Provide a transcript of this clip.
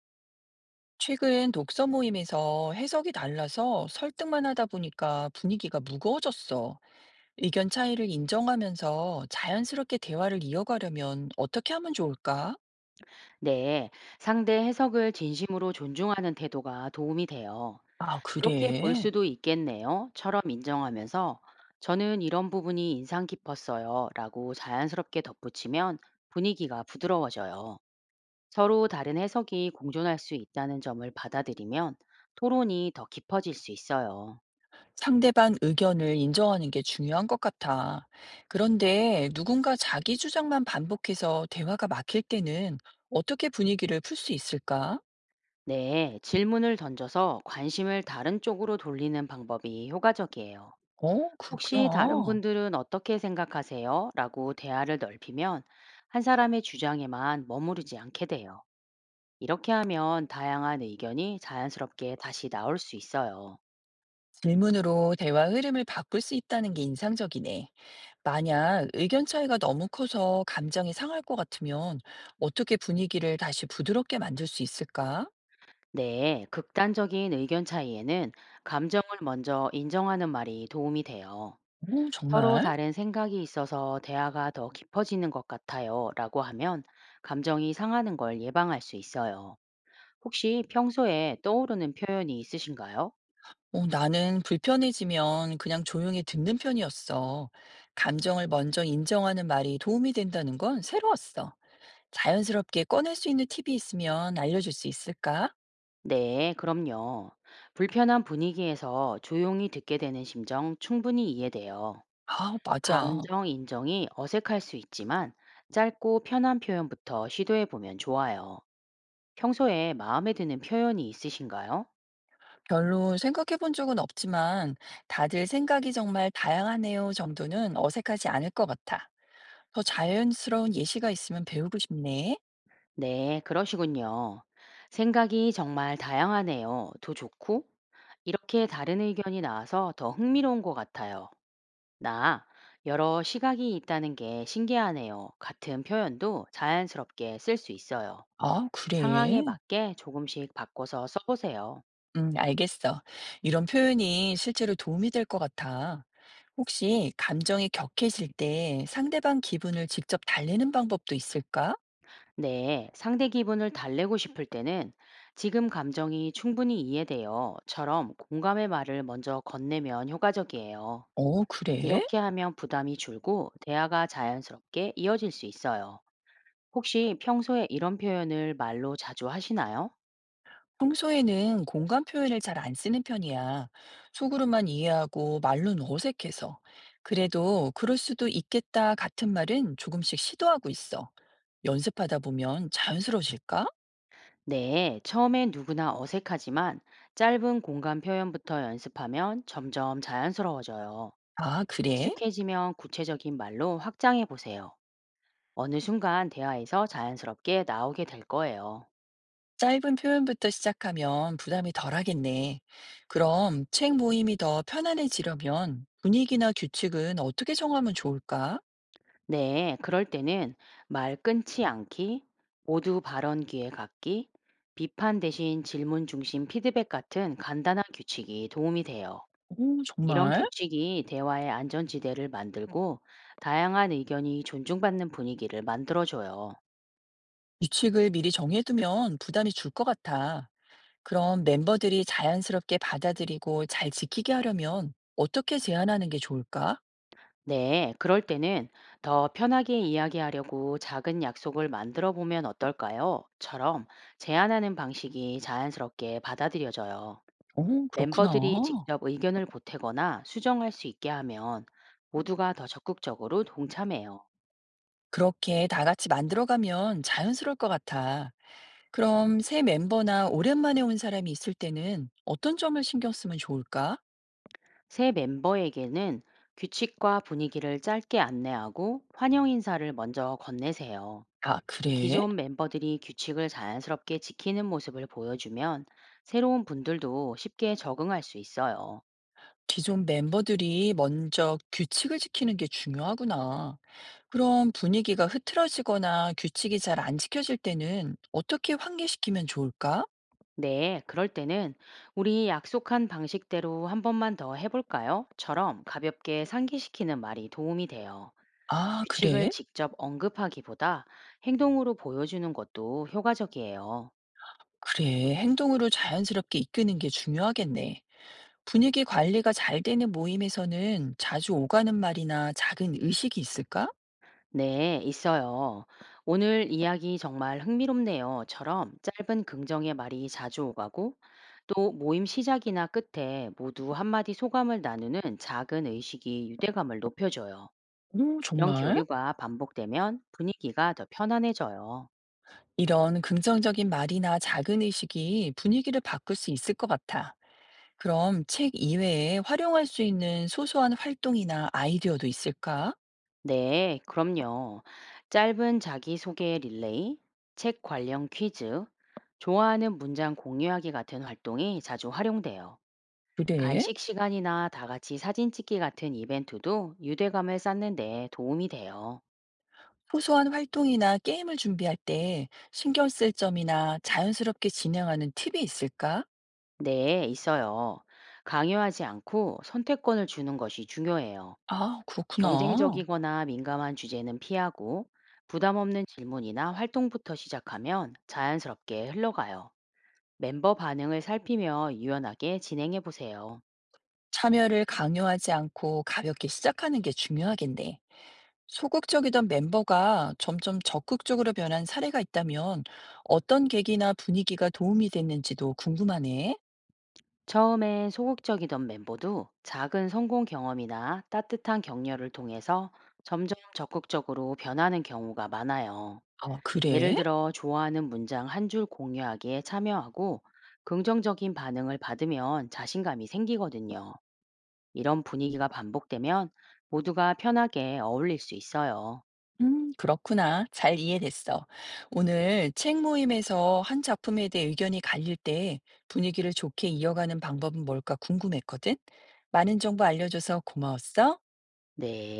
최근 독서 모임에서 해석이 달라서 설득만 하다 보니까 분위기가 무거워졌어. 의견 차이를 인정하면서 자연스럽게 대화를 이어가려면 어떻게 하면 좋을까? 네, 상대 해석을 진심으로 존중하는 태도가 도움이 돼요. 아, 그렇게 볼 그래. 수도 있겠네요. 처럼 인정하면서 저는 이런 부분이 인상 깊었어요. 라고 자연스럽게 덧붙이면 분위기가 부드러워져요. 서로 다른 해석이 공존할 수 있다는 점을 받아들이면 토론이 더 깊어질 수 있어요. 상대방 의견을 인정하는 게 중요한 것 같아. 그런데 누군가 자기 주장만 반복해서 대화가 막힐 때는 어떻게 분위기를 풀 수 있을까? 네, 질문을 던져서 관심을 다른 쪽으로 돌리는 방법이 효과적이에요. 어, 혹시 다른 그렇구나. 분들은 어떻게 생각하세요? 라고 대화를 넓히면 한 사람의 주장에만 머무르지 않게 돼요. 이렇게 하면 다양한 의견이 자연스럽게 다시 나올 수 있어요. 질문으로 대화 흐름을 바꿀 수 있다는 게 인상적이네. 만약 의견 차이가 너무 커서 감정이 상할 것 같으면 어떻게 분위기를 다시 부드럽게 만들 수 있을까? 네, 극단적인 의견 차이에는 감정을 먼저 인정하는 말이 도움이 돼요. 오 서로 정말? 다른 생각이 있어서 대화가 더 깊어지는 것 같아요. 라고 하면 감정이 상하는 걸 예방할 수 있어요. 혹시 평소에 떠오르는 표현이 있으신가요? 어, 나는 불편해지면 그냥 조용히 듣는 편이었어. 감정을 먼저 인정하는 말이 도움이 된다는 건 새로웠어. 자연스럽게 꺼낼 수 있는 팁이 있으면 알려줄 수 있을까? 네, 그럼요. 불편한 분위기에서 조용히 듣게 되는 심정 충분히 이해돼요. 아, 맞아. 감정 인정이 어색할 수 있지만 짧고 편한 표현부터 시도해 보면 좋아요. 평소에 마음에 드는 표현이 있으신가요? 별로 생각해 본 적은 없지만 다들 생각이 정말 다양하네요 정도는 어색하지 않을 것 같아. 더 자연스러운 예시가 있으면 배우고 싶네. 네, 그러시군요. 생각이 정말 다양하네요. 더 좋고? 이렇게 다른 의견이 나와서 더 흥미로운 것 같아요. 나 여러 시각이 있다는 게 신기하네요. 같은 표현도 자연스럽게 쓸 수 있어요. 아, 그래? 상황에 맞게 조금씩 바꿔서 써보세요. 알겠어. 이런 표현이 실제로 도움이 될 것 같아. 혹시 감정이 격해질 때 상대방 기분을 직접 달래는 방법도 있을까? 네, 상대 기분을 달래고 싶을 때는 지금 감정이 충분히 이해돼요.처럼 공감의 말을 먼저 건네면 효과적이에요. 어, 그래? 이렇게 하면 부담이 줄고 대화가 자연스럽게 이어질 수 있어요. 혹시 평소에 이런 표현을 말로 자주 하시나요? 평소에는 공감 표현을 잘 안 쓰는 편이야. 속으로만 이해하고 말로는 어색해서. 그래도 그럴 수도 있겠다 같은 말은 조금씩 시도하고 있어. 연습하다 보면 자연스러워질까? 네, 처음엔 누구나 어색하지만 짧은 공감 표현부터 연습하면 점점 자연스러워져요. 아, 그래? 익숙해지면 구체적인 말로 확장해 보세요. 어느 순간 대화에서 자연스럽게 나오게 될 거예요. 짧은 표현부터 시작하면 부담이 덜하겠네. 그럼 책 모임이 더 편안해지려면 분위기나 규칙은 어떻게 정하면 좋을까? 네, 그럴 때는 말 끊지 않기, 모두 발언 기회 갖기, 비판 대신 질문 중심 피드백 같은 간단한 규칙이 도움이 돼요. 오, 이런 정말? 규칙이 대화의 안전지대를 만들고 다양한 의견이 존중받는 분위기를 만들어줘요. 규칙을 미리 정해두면 부담이 줄 것 같아. 그럼 멤버들이 자연스럽게 받아들이고 잘 지키게 하려면 어떻게 제안하는 게 좋을까? 네, 그럴 때는 더 편하게 이야기하려고 작은 약속을 만들어 보면 어떨까요? 처럼 제안하는 방식이 자연스럽게 받아들여져요. 오, 그렇구나. 멤버들이 직접 의견을 보태거나 수정할 수 있게 하면 모두가 더 적극적으로 동참해요. 그렇게 다 같이 만들어가면 자연스러울 것 같아. 그럼 새 멤버나 오랜만에 온 사람이 있을 때는 어떤 점을 신경 쓰면 좋을까? 새 멤버에게는 규칙과 분위기를 짧게 안내하고 환영 인사를 먼저 건네세요. 아, 그래? 기존 멤버들이 규칙을 자연스럽게 지키는 모습을 보여주면 새로운 분들도 쉽게 적응할 수 있어요. 기존 멤버들이 먼저 규칙을 지키는 게 중요하구나. 그럼 분위기가 흐트러지거나 규칙이 잘 안 지켜질 때는 어떻게 환기시키면 좋을까? 네, 그럴 때는 우리 약속한 방식대로 한 번만 더 해볼까요? 처럼 가볍게 상기시키는 말이 도움이 돼요. 아, 규칙을 그래? 직접 언급하기보다 행동으로 보여주는 것도 효과적이에요. 그래. 행동으로 자연스럽게 이끄는 게 중요하겠네. 분위기 관리가 잘 되는 모임에서는 자주 오가는 말이나 작은 의식이 있을까? 네, 있어요. 오늘 이야기 정말 흥미롭네요.처럼 짧은 긍정의 말이 자주 오가고 또 모임 시작이나 끝에 모두 한마디 소감을 나누는 작은 의식이 유대감을 높여줘요. 오, 이런 정말? 교류가 반복되면 분위기가 더 편안해져요. 이런 긍정적인 말이나 작은 의식이 분위기를 바꿀 수 있을 것 같아. 그럼 책 이외에 활용할 수 있는 소소한 활동이나 아이디어도 있을까? 네, 그럼요. 짧은 자기소개 릴레이, 책 관련 퀴즈, 좋아하는 문장 공유하기 같은 활동이 자주 활용돼요. 그래? 간식 시간이나 다 같이 사진 찍기 같은 이벤트도 유대감을 쌓는데 도움이 돼요. 소소한 활동이나 게임을 준비할 때 신경 쓸 점이나 자연스럽게 진행하는 팁이 있을까? 네, 있어요. 강요하지 않고 선택권을 주는 것이 중요해요. 아, 그렇구나. 경쟁적이거나 민감한 주제는 피하고 부담 없는 질문이나 활동부터 시작하면 자연스럽게 흘러가요. 멤버 반응을 살피며 유연하게 진행해 보세요. 참여를 강요하지 않고 가볍게 시작하는 게 중요하겠네. 소극적이던 멤버가 점점 적극적으로 변한 사례가 있다면 어떤 계기나 분위기가 도움이 됐는지도 궁금하네. 처음엔 소극적이던 멤버도 작은 성공 경험이나 따뜻한 격려를 통해서 점점 적극적으로 변하는 경우가 많아요. 아, 예를 그래? 들어 좋아하는 문장 한 줄 공유하기에 참여하고 긍정적인 반응을 받으면 자신감이 생기거든요. 이런 분위기가 반복되면 모두가 편하게 어울릴 수 있어요. 그렇구나. 잘 이해됐어. 오늘 책 모임에서 한 작품에 대해 의견이 갈릴 때 분위기를 좋게 이어가는 방법은 뭘까 궁금했거든. 많은 정보 알려줘서 고마웠어. 네.